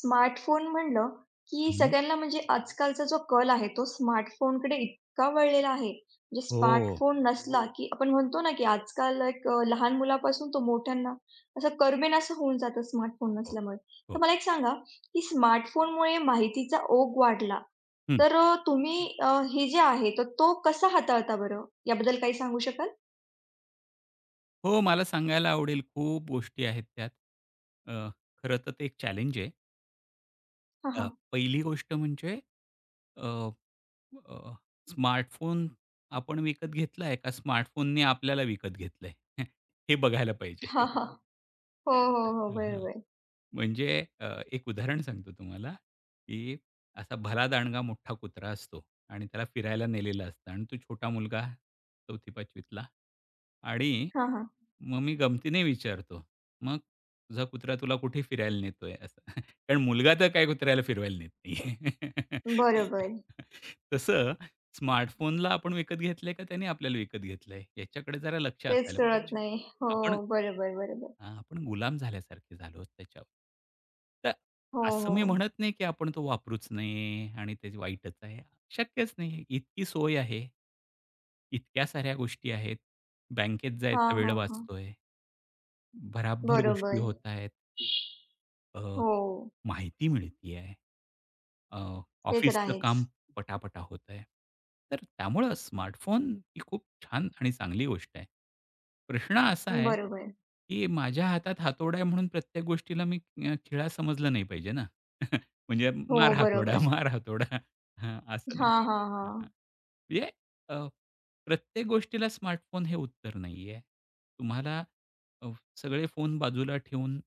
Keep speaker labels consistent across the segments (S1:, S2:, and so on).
S1: Smartphone म्हणलं, की
S2: हं, हं.
S1: सगळ्यांना म्हणजे आजकालचा जो कल आहे, तो स्मार्टफोनकडे इतका वळलेला आहे. म्हणजे
S2: हो,
S1: स्मार्टफोन नसला, हो. की आपण म्हणतो ना, की आजकाल एक लहान मुलापासून तो मोठ्यांना असं करमेनासं होऊन जातं स्मार्टफोन
S2: हो,
S1: नसल्यामुळे. तर
S2: हो.
S1: मला एक सांगा, की स्मार्टफोनमुळे माहितीचा ओघ वाढला,
S2: हं.
S1: तर तुम्ही हे जे आहे, तर तो कसा हाताळता बरं? याबद्दल काही सांगू शकाल?
S2: हो, मला सांगायला आवडेल. खूप गोष्टी आहेत त्यात. अ, खरं तर ते एक चॅलेंज आहे.
S1: हां, हां.
S2: पहिली गोष्ट म्हणजे अ, अ, स्मार्टफोन आपण विकत घेतलाय का स्मार्टफोनने आपल्याला विकत घेतलंय? हे बघायला पाहिजे.
S1: हां, हां. हो, हो, हो. बरोबर.
S2: म्हणजे अ, एक उदाहरण सांगतो तुम्हाला, की असा भलादांडगा मोठा कुत्रा असतो आणि त्याला फिरायला नेलेलं असतं आणि तो छोटा मुलगा 4थी-5वी आणि
S1: हां, हां.
S2: मग मी गमतीने विचारतो, "मग तुझा कुत्रा तुला कुठे फिरायला नेतोय?" असं. कारण मुलगा तर काय कुत्र्याला फिरवायला नेत नाही.
S1: बरोबर.
S2: तसं स्मार्टफोनला आपण विकत घेतलंय का त्याने आपल्याला विकत घेतलंय? याच्याकडे जरा लक्ष
S1: तेच
S2: असायला
S1: कळत
S2: पाहिजे.
S1: नाही. हो,
S2: आपण
S1: बरोबर, बरोबर.
S2: हां, आपण गुलाम झाल्यासारखे झालो त्याच्यावर. तर
S1: हो,
S2: असं मी
S1: हो.
S2: म्हणत नाही, की आपण तो वापरूच नये आणि ते वाईटच आहे. शक्यच नाही. इतकी सोय आहे. इतक्या साऱ्या गोष्टी आहेत. बँकेत
S1: हां,
S2: जायचा वेळ
S1: हां, हां.
S2: वाचतोय. भराभर गोष्टी
S1: बरोबर.
S2: होत आहेत. अ,
S1: हो,
S2: माहिती मिळतीये. अ,
S1: ते तर
S2: ऑफिसचं
S1: आहेच.
S2: काम पटापटा होतंय. तर त्यामुळं स्मार्टफोन ही खूप छान आणि चांगली गोष्ट आहे. प्रश्न असा आहे,
S1: बरोबर.
S2: की माझ्या हातात हातोडा आहे म्हणून प्रत्येक गोष्टीला मी खिळा समजलं नाही पाहिजे ना. म्हणजे
S1: हो,
S2: मार हातोडा,
S1: बरोबर.
S2: मार हातोडा हां, असं नाही.
S1: हां, हां,
S2: हां, हां.
S1: हां.
S2: म्हणजे अ, प्रत्येक गोष्टीला स्मार्टफोन हे उत्तर नाहीये. तुम्हाला अ, सगळे फोन बाजूला ठेवून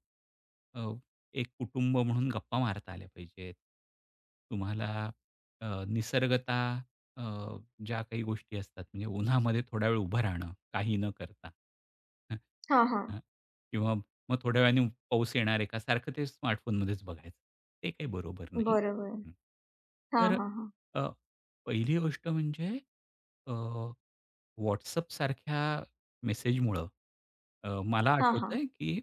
S2: एक कुटुंब म्हणून गप्पा मारता आल्या पाहिजेत. तुम्हाला निसर्गता अ, ज्या काही गोष्टी असतात म्हणजे उन्हामध्ये थोडा वेळ उभं राहणं, काही न करता. हं,
S1: हां, हां.
S2: हां. किंवा मग थोड्या वेळाने पाऊस येणार आहे का? सारखं ते स्मार्टफोनमध्येच बघायचं. ते काही बरोबर नाही.
S1: बरोबर.
S2: हं.
S1: हां,
S2: तर
S1: हां, हां.
S2: अ, पहिली गोष्ट म्हणजे अ, WhatsAppसारख्या मेसेजमुळं मला
S1: हां, हां.
S2: आठवतंय की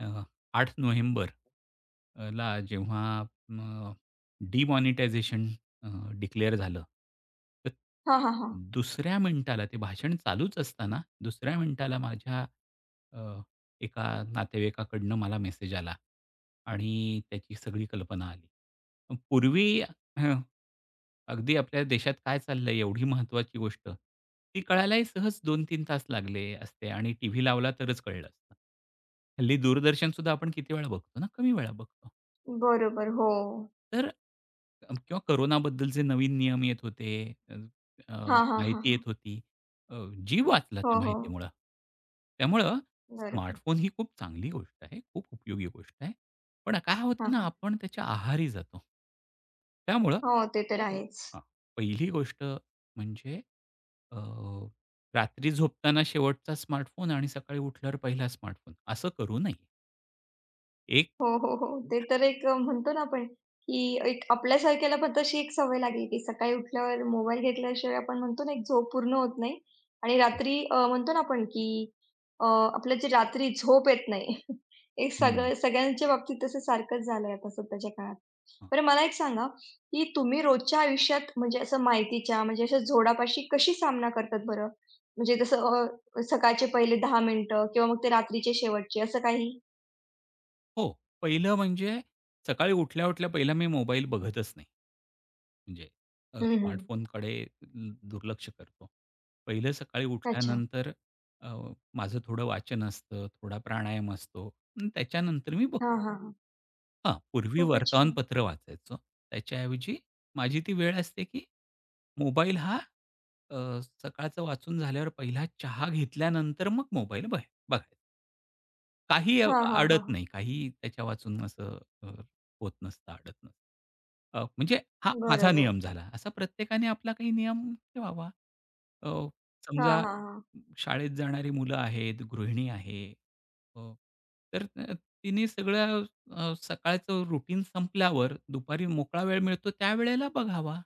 S2: अ, 8 नोव्हेंबर ला जेव्हा डिमॉनिटायझेशन अ, डिक्लेअर झालं. तर
S1: हां, हां, हां.
S2: दुसऱ्या मिनिटाला ते भाषण चालूच असताना दुसऱ्या मिनिटाला माझ्या अ, एका नातेवाईकाकडनं मला मेसेज आला आणि त्याची सगळी कल्पना आली. पूर्वी हं. अगदी आपल्या देशात काय चाललंय एवढी महत्वाची गोष्ट, ती कळायलाही सहज 2 तीन तास लागले असते आणि टीव्ही लावला तरच कळलं असतं. हल्ली दूरदर्शन सुद्धा आपण किती वेळा बघतो ना, कमी वेळा बघतो.
S1: बरोबर. हो.
S2: तर किंवा कोरोनाबद्दल जे नवीन नियम येत होते, अ, अ,
S1: हां, हां, हां,
S2: माहिती
S1: हां.
S2: येत होती, अ, जीव वाचला
S1: हो,
S2: त्या
S1: हो.
S2: माहितीमुळं. त्यामुळं
S1: बरोबर.
S2: स्मार्टफोन ही खूप चांगली गोष्ट आहे, खूप उपयोगी गोष्ट आहे. पण काय होतं
S1: हां,
S2: ना,
S1: हां.
S2: आपण त्याच्या आहारी जातो. त्यामुळं
S1: हो, ते तर आहेच.
S2: हां. पहिली गोष्ट म्हणजे अ, रात्री झोपताना शेवटचा स्मार्टफोन आणि सकाळी उठल्यावर पहिला स्मार्टफोन असं करू नये. एक
S1: हो, हो, हो. ते तर एक म्हणतो ना आपण, की एक आपल्यासारख्याला पण तशी एक सवय लागली, की सकाळी उठल्यावर मोबाईल घेतल्याशिवाय आपण म्हणतो ना, एक झोप पूर्ण होत नाही आणि रात्री म्हणतो ना आपण, की अ, आपलं जे रात्री झोप येत नाही. एक
S2: हं.
S1: सगळं सगळ्यांच्या बाबतीत तसं सारखंच झालंय आता सध्याच्या काळात.
S2: हां.
S1: बरं मला एक सांगा, की तुम्ही रोजच्या आयुष्यात म्हणजे असं माहितीच्या म्हणजे अशा झोडापाशी कशी सामना करतात बरं? म्हणजे जसं सकाळचे पहिले 10 मिनिटं किंवा मग ते रात्रीचे शेवटचे असं काही?
S2: हो. पहिलं म्हणजे सकाळी उठल्या-उठल्या पहिला मी मोबाईल बघतच नाही. म्हणजे
S1: हं, हं.
S2: स्मार्टफोनकडे दुर्लक्ष करतो. पहिलं सकाळी
S1: अच्छा.
S2: उठल्यानंतर अ, माझं थोडं वाचन असतं, थोडा प्राणायाम असतो. अन् त्याच्यानंतर मी
S1: हां,
S2: बघतो.
S1: हां, हां.
S2: हां, पूर्वी
S1: खूपच छान.
S2: वर्तमानपत्र वाचायचो. त्याच्याऐवजी माझी ती वेळ असते, की मोबाईल हा अ, सकाळचं वाचून झाल्यावर पहिला चहा घेतल्यानंतर मग मोबाईल बघायचा. काही
S1: हां, हां, हां,
S2: अडत
S1: हां.
S2: नाही. काही त्याच्या वाचून असं होत नसतं, अडत नसतं. म्हणजे हा माझा
S1: बरोबर.
S2: नियम झाला. असा प्रत्येकाने आपला काही नियम ठेवावा. अ,
S1: हां,
S2: समजा
S1: हां, हां.
S2: शाळेत जाणारी मुलं आहेत, गृहिणी आहे. अ, तर तिने सगळ्या सकाळचं रुटीन संपल्यावर दुपारी मोकळा वेळ मिळतो त्यावेळेला बघावा.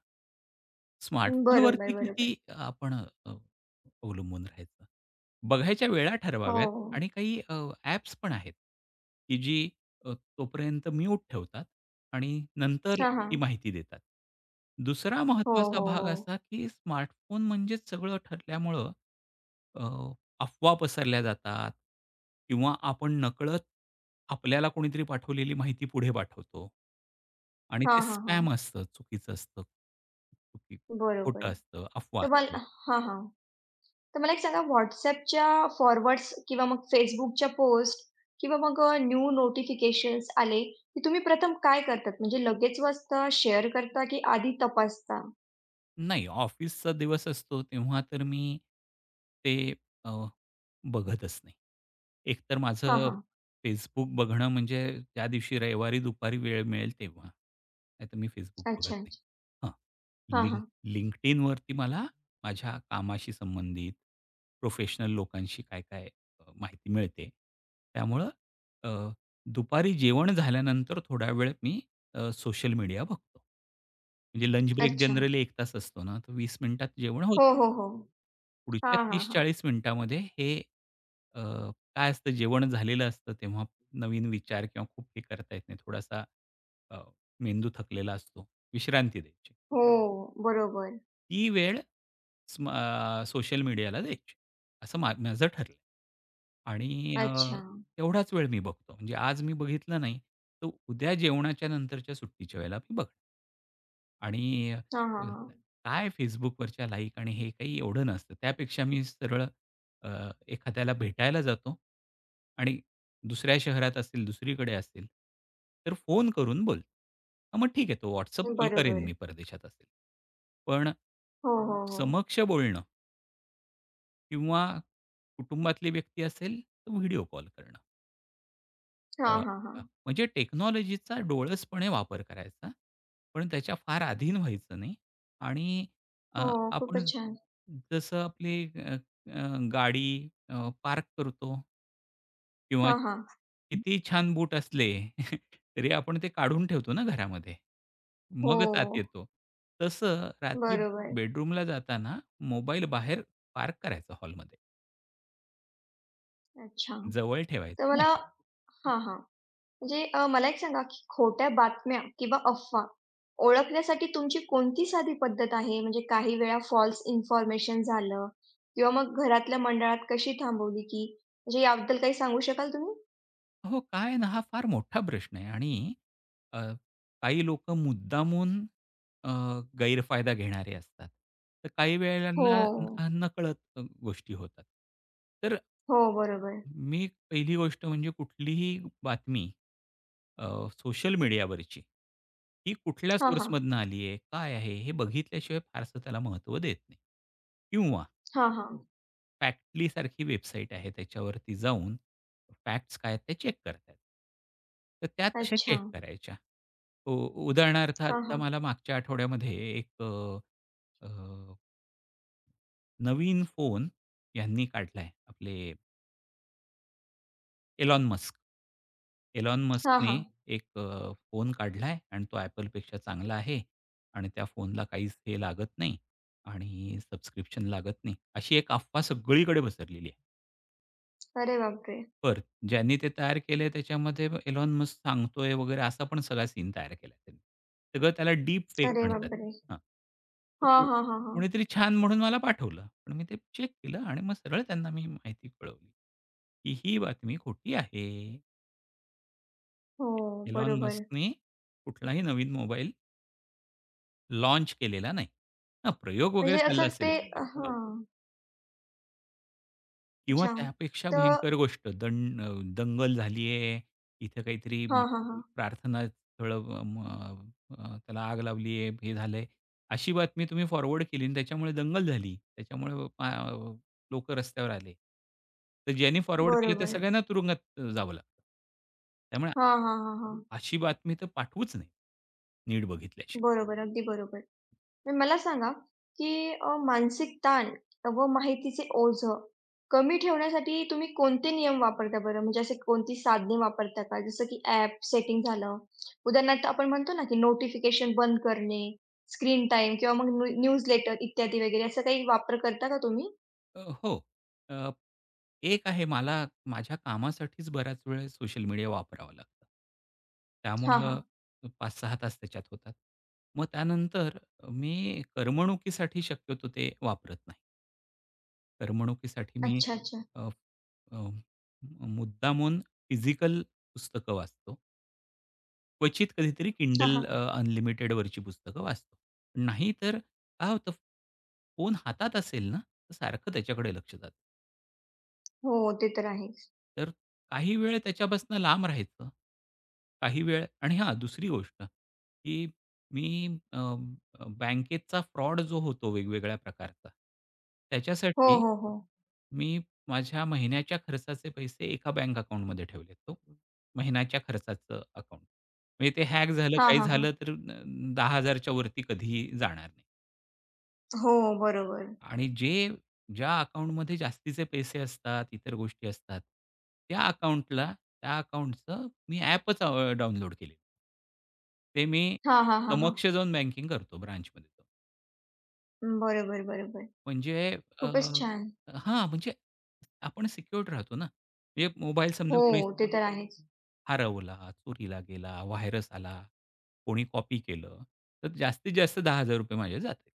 S2: स्मार्टफोनवरती
S1: बरोबर, बरोबर.
S2: किती आपण अ, अवलंबून राहायचं. बघायच्या वेळा
S1: हो,
S2: ठरवाव्यात
S1: हो.
S2: आणि काही ॲप्स पण आहेत, की जी तोपर्यंत म्यूट ठेवतात आणि नंतर
S1: हां, हां.
S2: ती माहिती देतात. दुसरा
S1: हो,
S2: महत्त्वाचा
S1: हो,
S2: भाग
S1: हो.
S2: असा, की स्मार्टफोन म्हणजेच सगळं ठरल्यामुळं अ, अफवा पसरल्या जातात किंवा आपण नकळत आपल्याला कोणीतरी पाठवलेली माहिती पुढे पाठवतो आणि ते
S1: हां, हां, हां.
S2: स्पॅम असतं, चुकीचं असतं.
S1: बरोबर.
S2: खोटं असतं, अफवा
S1: तर मला
S2: असते.
S1: हां, हां. तर मला एक सांगा WhatsAppच्या फॉरवर्ड्स किंवा मग Facebookच्या पोस्ट किंवा मग न्यू नोटिफिकेशन्स आले, की तुम्ही प्रथम काय करतात? म्हणजे लगेच वाचता, शेअर करता, की आधी तपासता?
S2: नाही ऑफिसचा दिवस असतो तेव्हा तर मी ते अ, बघतच नाही. एकतर
S1: हां,
S2: माझं
S1: हां.
S2: Facebook बघणं म्हणजे त्या दिवशी रविवारी दुपारी वेळ मिळेल तेव्हा. नाहीतर मी Facebook
S1: अच्छा,
S2: बघत नाही.
S1: अच्छा.
S2: हां.
S1: हां,
S2: लिंक
S1: हां.
S2: LinkedInवरती मला माझ्या कामाशी संबंधित प्रोफेशनल लोकांशी काय-काय माहिती मिळते. त्यामुळं अ, दुपारी जेवण झाल्यानंतर थोडा वेळ मी सोशल मीडिया बघतो. म्हणजे लंच ब्रेक
S1: अच्छा.
S2: जनरली 1 तास असतो ना, तर वीस मिनिटात जेवण
S1: हो,
S2: होतं.
S1: हो, हो.
S2: पुढच्या
S1: हां, हां, हां.
S2: 30-40 मिनिटामध्ये हे अ, काय असतं जेवण झालेलं असतं तेव्हा नवीन विचार किंवा खूप हे करता येत नाही. थोडासा अ, मेंदू थकलेला असतो. विश्रांती द्यायची.
S1: हो. बरोबर.
S2: ती वेळ सोशल मीडियाला द्यायची. असं माझं ठरलं. आणि
S1: अच्छा.
S2: तेवढाच वेळ मी बघतो. म्हणजे आज मी बघितलं नाही, तर उद्या जेवणाच्या नंतरच्या सुट्टीच्या वेळेला मी बघणार. आणि
S1: हां, हां, हां.
S2: काय Facebookवरच्या लाईक आणि हे काही एवढं नसतं. त्यापेक्षा मी सरळ अ, एखाद्याला भेटायला जातो आणि दुसऱ्या शहरात असतील, दुसरीकडे असतील, तर फोन करून बोलतो. मग ठीक आहे, तो WhatsApp कॉल करेन मी
S1: बरोबर.
S2: परदेशात असेल. पण
S1: हो, हो, हो.
S2: समक्ष बोलणं किंवा कुटुंबातली व्यक्ती असेल, तर व्हिडिओ कॉल करणं. अ,
S1: हां, हां,
S2: अ,
S1: हां.
S2: म्हणजे टेक्नॉलॉजीचा डोळसपणे वापर करायचा. पण त्याच्या फार अधीन व्हायचं नाही आणि अ,
S1: हो, खूपच
S2: आपण
S1: छान.
S2: जसं आपली अ, अ, गाडी पार्क करतो किंवा हं.
S1: हां, हां.
S2: छान बूट असले, तरी आपण ते काढून ठेवतो ना घरामध्ये.
S1: हो,
S2: मगच आत येतो. तसं रात्री
S1: बरोबर.
S2: बेडरूमला जाताना मोबाईल बाहेर पार्क करायचा हॉलमध्ये.
S1: अच्छा.
S2: जवळ
S1: तर
S2: ठेवायचा
S1: मला
S2: नाही.
S1: हां, हां. म्हणजे मला एक सांगा, की खोट्या बातम्या किंवा अफवा ओळखण्यासाठी तुमची कोणती साधी पद्धत आहे? म्हणजे काही वेळा फॉल्स इन्फॉर्मेशन झालं किंवा मग घरातल्या मंडळात कशी थांबवली, की म्हणजे याबद्दल काही सांगू शकाल तुम्ही?
S2: हो, काय आहे ना, हा फार मोठा प्रश्न आहे आणि अ, काही लोकं मुद्दामून अ, गैरफायदा घेणारे असतात. तर काही वेळेला
S1: हो.
S2: नकळत गोष्टी होतात. तर
S1: हो, बरोबर.
S2: मी पहिली गोष्ट म्हणजे कुठलीही बातमी अ, सोशल मीडियावरची, ही कुठल्या
S1: हां, हां.
S2: सोर्समधनं आली आहे, काय आहे, हे बघितल्याशिवाय फारसं त्याला महत्त्व देत नाही. किंवा
S1: हां, हां.
S2: फॅक्टली सारखी वेबसाईट आहे त्याच्यावरती जाऊन फॅक्ट्स काय आहेत ते चेक करतात. तर त्या तशा
S1: अच्छा.
S2: चेक करायच्या. उ उदाहरणार्थ
S1: हां,
S2: आता
S1: हां.
S2: मला मागच्या आठवड्यामध्ये एक अ, अ, नवीन फोन ह्यांनी काढलाय आपले एलॉन मस्क. एलॉन
S1: हां,
S2: मस्कने
S1: हां.
S2: एक फोन काढलाय आणि तो Appleपेक्षा चांगला आहे आणि त्या फोनला काहीच हे लागत नाही आणि सबस्क्रिप्शन लागत नाही. अशी एक अफवा सगळीकडे पसरलेली आहे.
S1: अरे बापरे!
S2: बरं. ज्यांनी ते तयार केलंय त्याच्यामध्ये एलॉन मस्क सांगतोय वगैरे असा पण सगळा सीन तयार केला त्यांनी. सगळं त्याला डीप फेक
S1: अरे
S2: म्हणतात.
S1: बापरे!
S2: हां. तर
S1: हां, हां, हां, हां.
S2: कोणीतरी छान म्हणून मला पाठवलं. पण मी ते चेक केलं आणि मग सरळ त्यांना मी माहिती कळवली, की ही बातमी खोटी आहे.
S1: हो,
S2: एलॉन
S1: बरोबर.
S2: मस्कने कुठलाही नवीन मोबाईल लाँच केलेला नाही. हां, प्रयोग वगैरे
S1: म्हणजे
S2: चालला
S1: असं ते
S2: असेल
S1: ते
S2: तर. ते.
S1: हं. हां,
S2: किंवा
S1: अच्छा.
S2: त्यापेक्षा
S1: तर
S2: भयंकर गोष्ट दंगल झालीये, इथं काहीतरी
S1: हां, हां, हां.
S2: प्रार्थना स्थळं त्याला आग लावली आहे, हे झालंय. अशी बातमी तुम्ही फॉरवर्ड केली आणि त्याच्यामुळे दंगल झाली. त्याच्यामुळे लोकं रस्त्यावर आले. तर ज्यांनी फॉरवर्ड केलं त्या
S1: बरोबर.
S2: सगळ्यांना तुरुंगात जावं लागतं. त्यामुळे
S1: हां, हां, हां, हां.
S2: अशी बातमी तर पाठवूच नाही, नीट बघितल्याशिवाय.
S1: बरोबर, अगदी बरोबर. मग मला सांगा, की मानसिक ताण व माहितीचे ओझं कमी ठेवण्यासाठी तुम्ही कोणते नियम वापरता बरं? म्हणजे असे कोणती साधने वापरता का? जसं की ॲप सेटिंग झालं. उदाहरणार्थ आपण म्हणतो ना, की नोटिफिकेशन बंद करणे, स्क्रीन टाईम किंवा मग न्यू न्यूजलेटर इत्यादी वगैरे, असं काही वापर करता का तुम्ही?
S2: हो. अ, एक आहे मला माझ्या कामासाठीच बऱ्याच वेळा सोशल मीडिया वापरावं लागतं.
S1: हां,
S2: त्यामुळं
S1: हां.
S2: 5-6 तास त्याच्यात होतात. मग त्यानंतर मी करमणुकीसाठी शक्यतो ते वापरत नाही. करमणुकीसाठी मी
S1: अच्छा, अच्छा.
S2: अ, अ, मुद्दामून फिजिकल पुस्तकं वाचतो. क्वचित कधीतरी
S1: हां,
S2: Kindle
S1: हां.
S2: अनलिमिटेडवरची पुस्तकं वाचतो. नाहीतर काय होतं, फोन हातात असेल ना, तर सारखं त्याच्याकडे लक्ष जातं.
S1: हो, ते तर आहेच.
S2: तर काही वेळ त्याच्यापासून लांब राहायचं. काही वेळ आणि हां, दुसरी गोष्ट, की मी अ, अ, बँकेचा फ्रॉड जो होतो वेगवेगळ्या प्रकारचा,
S1: हो,
S2: त्याच्यासाठी
S1: हो, हो.
S2: मी माझ्या महिन्याच्या खर्चाचे पैसे एका बँक अकाउंटमध्ये ठेवलेत हो. महिन्याच्या खर्चाचं अकाउंट. म्हणजे ते हॅक झालं,
S1: हां,
S2: काही
S1: हां, हां.
S2: झालं तर 10,000 च्या वरती कधीही जाणार नाही.
S1: हो, बरोबर.
S2: आणि जे ज्या अकाउंटमध्ये जास्तीचे पैसे असतात, इतर गोष्टी असतात, त्या अकाउंटला त्या अकाउंटचं मी ॲपच डाउनलोड केलेलं. ते मी
S1: हां, हां, हां, हां.
S2: समक्ष जाऊन बँकिंग करतो ब्रांचमध्ये जाऊन.
S1: बरोबर, बरोबर.
S2: म्हणजे अ,
S1: खूपच छान.
S2: हां, म्हणजे आपण सिक्युअर्ड राहतो ना. म्हणजे मोबाईल समजा
S1: हो,
S2: कोणी
S1: ते तर आहेच.
S2: हरवला, चोरीला गेला, व्हायरस आला, कोणी कॉपी केलं, तर जास्तीत जास्त ₹10,000 माझे जातील.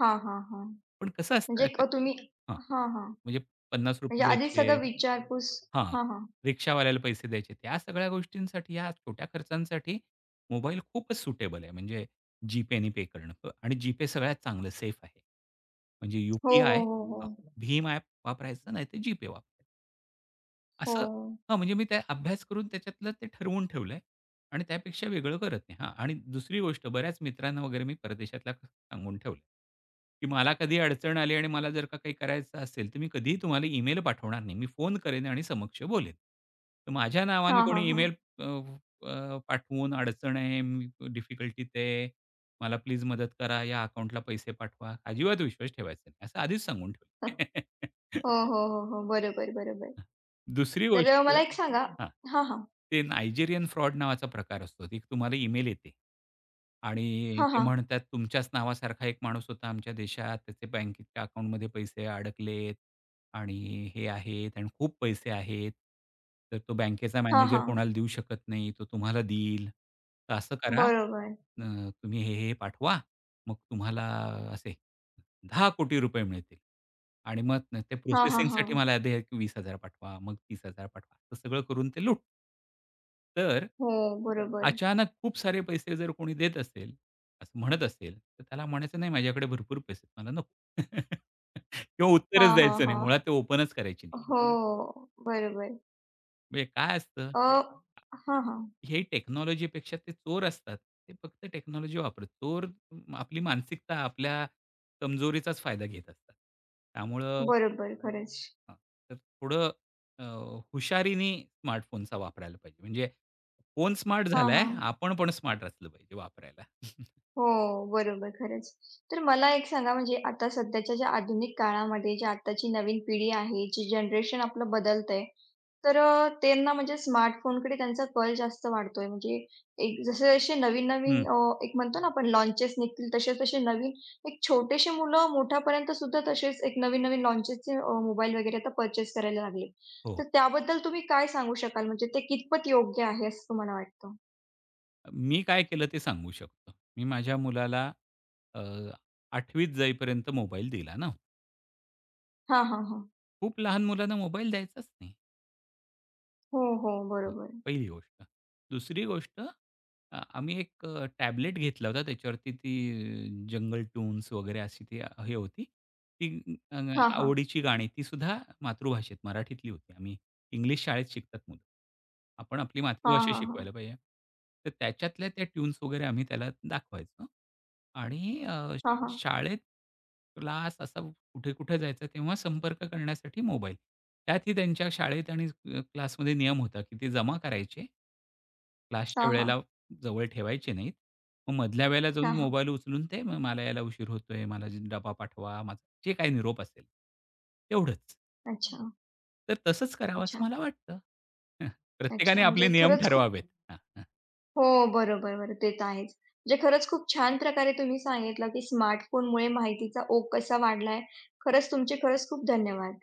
S1: हां, हां, हां.
S2: पण कसं
S1: म्हणजे
S2: असतं
S1: एक तुम्ही
S2: हां.
S1: हां, हां.
S2: म्हणजे ₹50
S1: म्हणजे आधीच
S2: द्यायचे.
S1: सगळं विचारपूस
S2: हां,
S1: हां, हां.
S2: रिक्षावाल्याला पैसे द्यायचे. त्या सगळ्या गोष्टींसाठी या छोट्या खर्चांसाठी मोबाईल खूपच सुटेबल आहे. म्हणजे GPayने पे करणं प आणि GPay सगळ्यात चांगलं सेफ आहे. म्हणजे
S1: हो, हो,
S2: यू-पी-आय
S1: हो, हो.
S2: भीम ॲप वापरायचं नाहीतर GPay वापरायचं.
S1: हो.
S2: असं हां, म्हणजे मी त्या अभ्यास करून त्याच्यातलं ते ठरवून ठेवलंय आणि त्यापेक्षा वेगळं करत नाही. हां आणि दुसरी गोष्ट बऱ्याच मित्रांना वगैरे मी परदेशातल्या सांगून ठेवलं, की मला कधी अडचण आली आणि मला जर का काही करायचं असेल, तर मी कधीही तुम्हाला ईमेल पाठवणार नाही. मी फोन करेन आणि समक्ष बोलेन. तर माझ्या नावाने
S1: हां, हां,
S2: कोणी
S1: हां.
S2: ईमेल पाठवून अडचण आहे, मी डिफिकल्टीत आहे, मला प्लीज मदत करा, या अकाउंटला पैसे पाठवा. अजिबात विश्वास ठेवायचा नाही. असं आधीच सांगून ठेवलं.
S1: हो, हो, हो, हो. बरोबर, बरोबर.
S2: दुसरी
S1: तर
S2: गोष्ट
S1: मला एक सांगा
S2: हां.
S1: हां, हां.
S2: ते नायजेरियन फ्रॉड नावाचा प्रकार असतो. एक तुम्हाला ईमेल येते आणि
S1: हां,
S2: ते
S1: हां.
S2: म्हणतात, "तुमच्याच नावासारखा एक माणूस होता आमच्या देशात. त्याचे बँकेच्या अकाउंटमध्ये पैसे अडकलेत आणि हे आहेत आणि खूप पैसे आहेत. तर तो बँकेचा
S1: हां,
S2: मॅनेजर
S1: हां.
S2: कोणाला देऊ शकत नाही. तो तुम्हाला देईल. तर असं करा.
S1: बरोबर.
S2: तुम्ही हे, हे पाठवा. मग तुम्हाला असे ₹10,00,00,000 मिळतील आणि मग न ते
S1: हां, हां,
S2: प्रोसेसिंगसाठी
S1: हां.
S2: मला आधी 20,000 पाठवा, मग 30,000 पाठवा. तर सगळं करून ते लूटतात. तर
S1: हो, बरोबर.
S2: अचानक खूप सारे पैसे जर कोणी देत असेल, असं म्हणत असेल, तर त्याला म्हणायचं नाही माझ्याकडे भरपूर पैसे आहेत, मला नको. किंवा
S1: हां,
S2: उत्तरच
S1: हां,
S2: द्यायचं नाही.
S1: हां.
S2: मुळात ते ओपनच करायची नाही.
S1: हो, बरोबर.
S2: म्हणजे काय असतं,
S1: अ, हां, हां.
S2: हे टेक्नॉलॉजीपेक्षा ते चोर असतात. ते फक्त टेक्नॉलॉजी वापरत. म, आपली मानसिकता, आपल्या कमजोरीचाच फायदा घेत असतात. त्यामुळं
S1: बरोबर खरंच.
S2: हां, तर थोडं अ, हुशारीने स्मार्टफोनचा वापरायला पाहिजे. म्हणजे फोन स्मार्ट
S1: हां,
S2: झालाय,
S1: हां.
S2: आपण पण स्मार्ट असलं पाहिजे वापरायला.
S1: हो, बरोबर खरंच. तर मला एक सांगा म्हणजे आता सध्याच्या ज्या आधुनिक काळामध्ये, जी आत्ताची नवीन पिढी आहे, जी जनरेशन आपलं बदलतंय, तर त्यांना म्हणजे स्मार्टफोनकडे त्यांचा कल जास्त वाढतोय. म्हणजे एक जसे-जसे नवीन-नवीन
S2: हं,
S1: अ, एक म्हणतो ना आपण लॉन्चेस निघतील तसे-तसे नवीन एक छोटेशी मुलं मोठ्यापर्यंत सुद्धा तसेच एक नवीन-नवीन लॉन्चेसचे मोबाईल वगैरे आता पर्चेस करायला लागले.
S2: हो.
S1: तर त्याबद्दल तुम्ही काय सांगू शकाल? म्हणजे ते कितपत योग्य आहे असं तुम्हाला वाटतं?
S2: मी काय केलं ते सांगू शकतो. मी माझ्या मुलाला अ, 8वीत जाईपर्यंत मोबाईल दिला ना.
S1: हां, हां, हां.
S2: खूप लहान मुलांना मोबाईल द्यायचाच नाही.
S1: हो, हो.
S2: हां,
S1: बरोबर.
S2: पहिली गोष्ट. दुसरी गोष्ट आम्ही एक टॅबलेट घेतला होता. त्याच्यावरती ती जंगल ट्यून्स वगैरे अशी ती हे होती. ती अ,
S1: हां, हां.
S2: आवडीची गाणी ती सुद्धा मातृभाषेत मराठीतली होती. आम्ही इंग्लिश शाळेत शिकतात मुलं. आपण आपली
S1: हां,
S2: मातृभाषा
S1: हां, हां.
S2: शिकवायला पाहिजे. तर त्याच्यातल्या त्या ट्यून्स वगैरे आम्ही त्याला दाखवायचो आणि
S1: हां, हां.
S2: शाळेत क्लास असा कुठे-कुठे जायचं तेव्हा संपर्क करण्यासाठी मोबाईल. त्यातही त्यांच्या शाळेत आणि क्लासमध्ये नियम होता, की ते जमा करायचे. क्लासच्या
S1: हां, हां.
S2: वेळेला जवळ ठेवायचे नाहीत. मग मधल्या वेळेला जाऊन
S1: हां, हां.
S2: मोबाईल उचलून ते मला यायला उशीर होतोय, मला डबा पाठवा, माझा जे काही निरोप असेल. तेवढंच.
S1: अच्छा,
S2: तर तसंच करावं असं
S1: अच्छा,
S2: मला वाटतं. प्रत्येकाने
S1: अच्छा.
S2: आपले
S1: म्हणजे
S2: नियम
S1: खरंच खूप
S2: ठरवावेत. हां,
S1: हो, बरोबर, बरोबर. ते तर आहेच. म्हणजे खरंच खूप छान प्रकारे तुम्ही सांगितलं, की स्मार्टफोनमुळे माहितीचा ओघ कसा वाढलाय. खरंच तुमचे खरंच खूप धन्यवाद.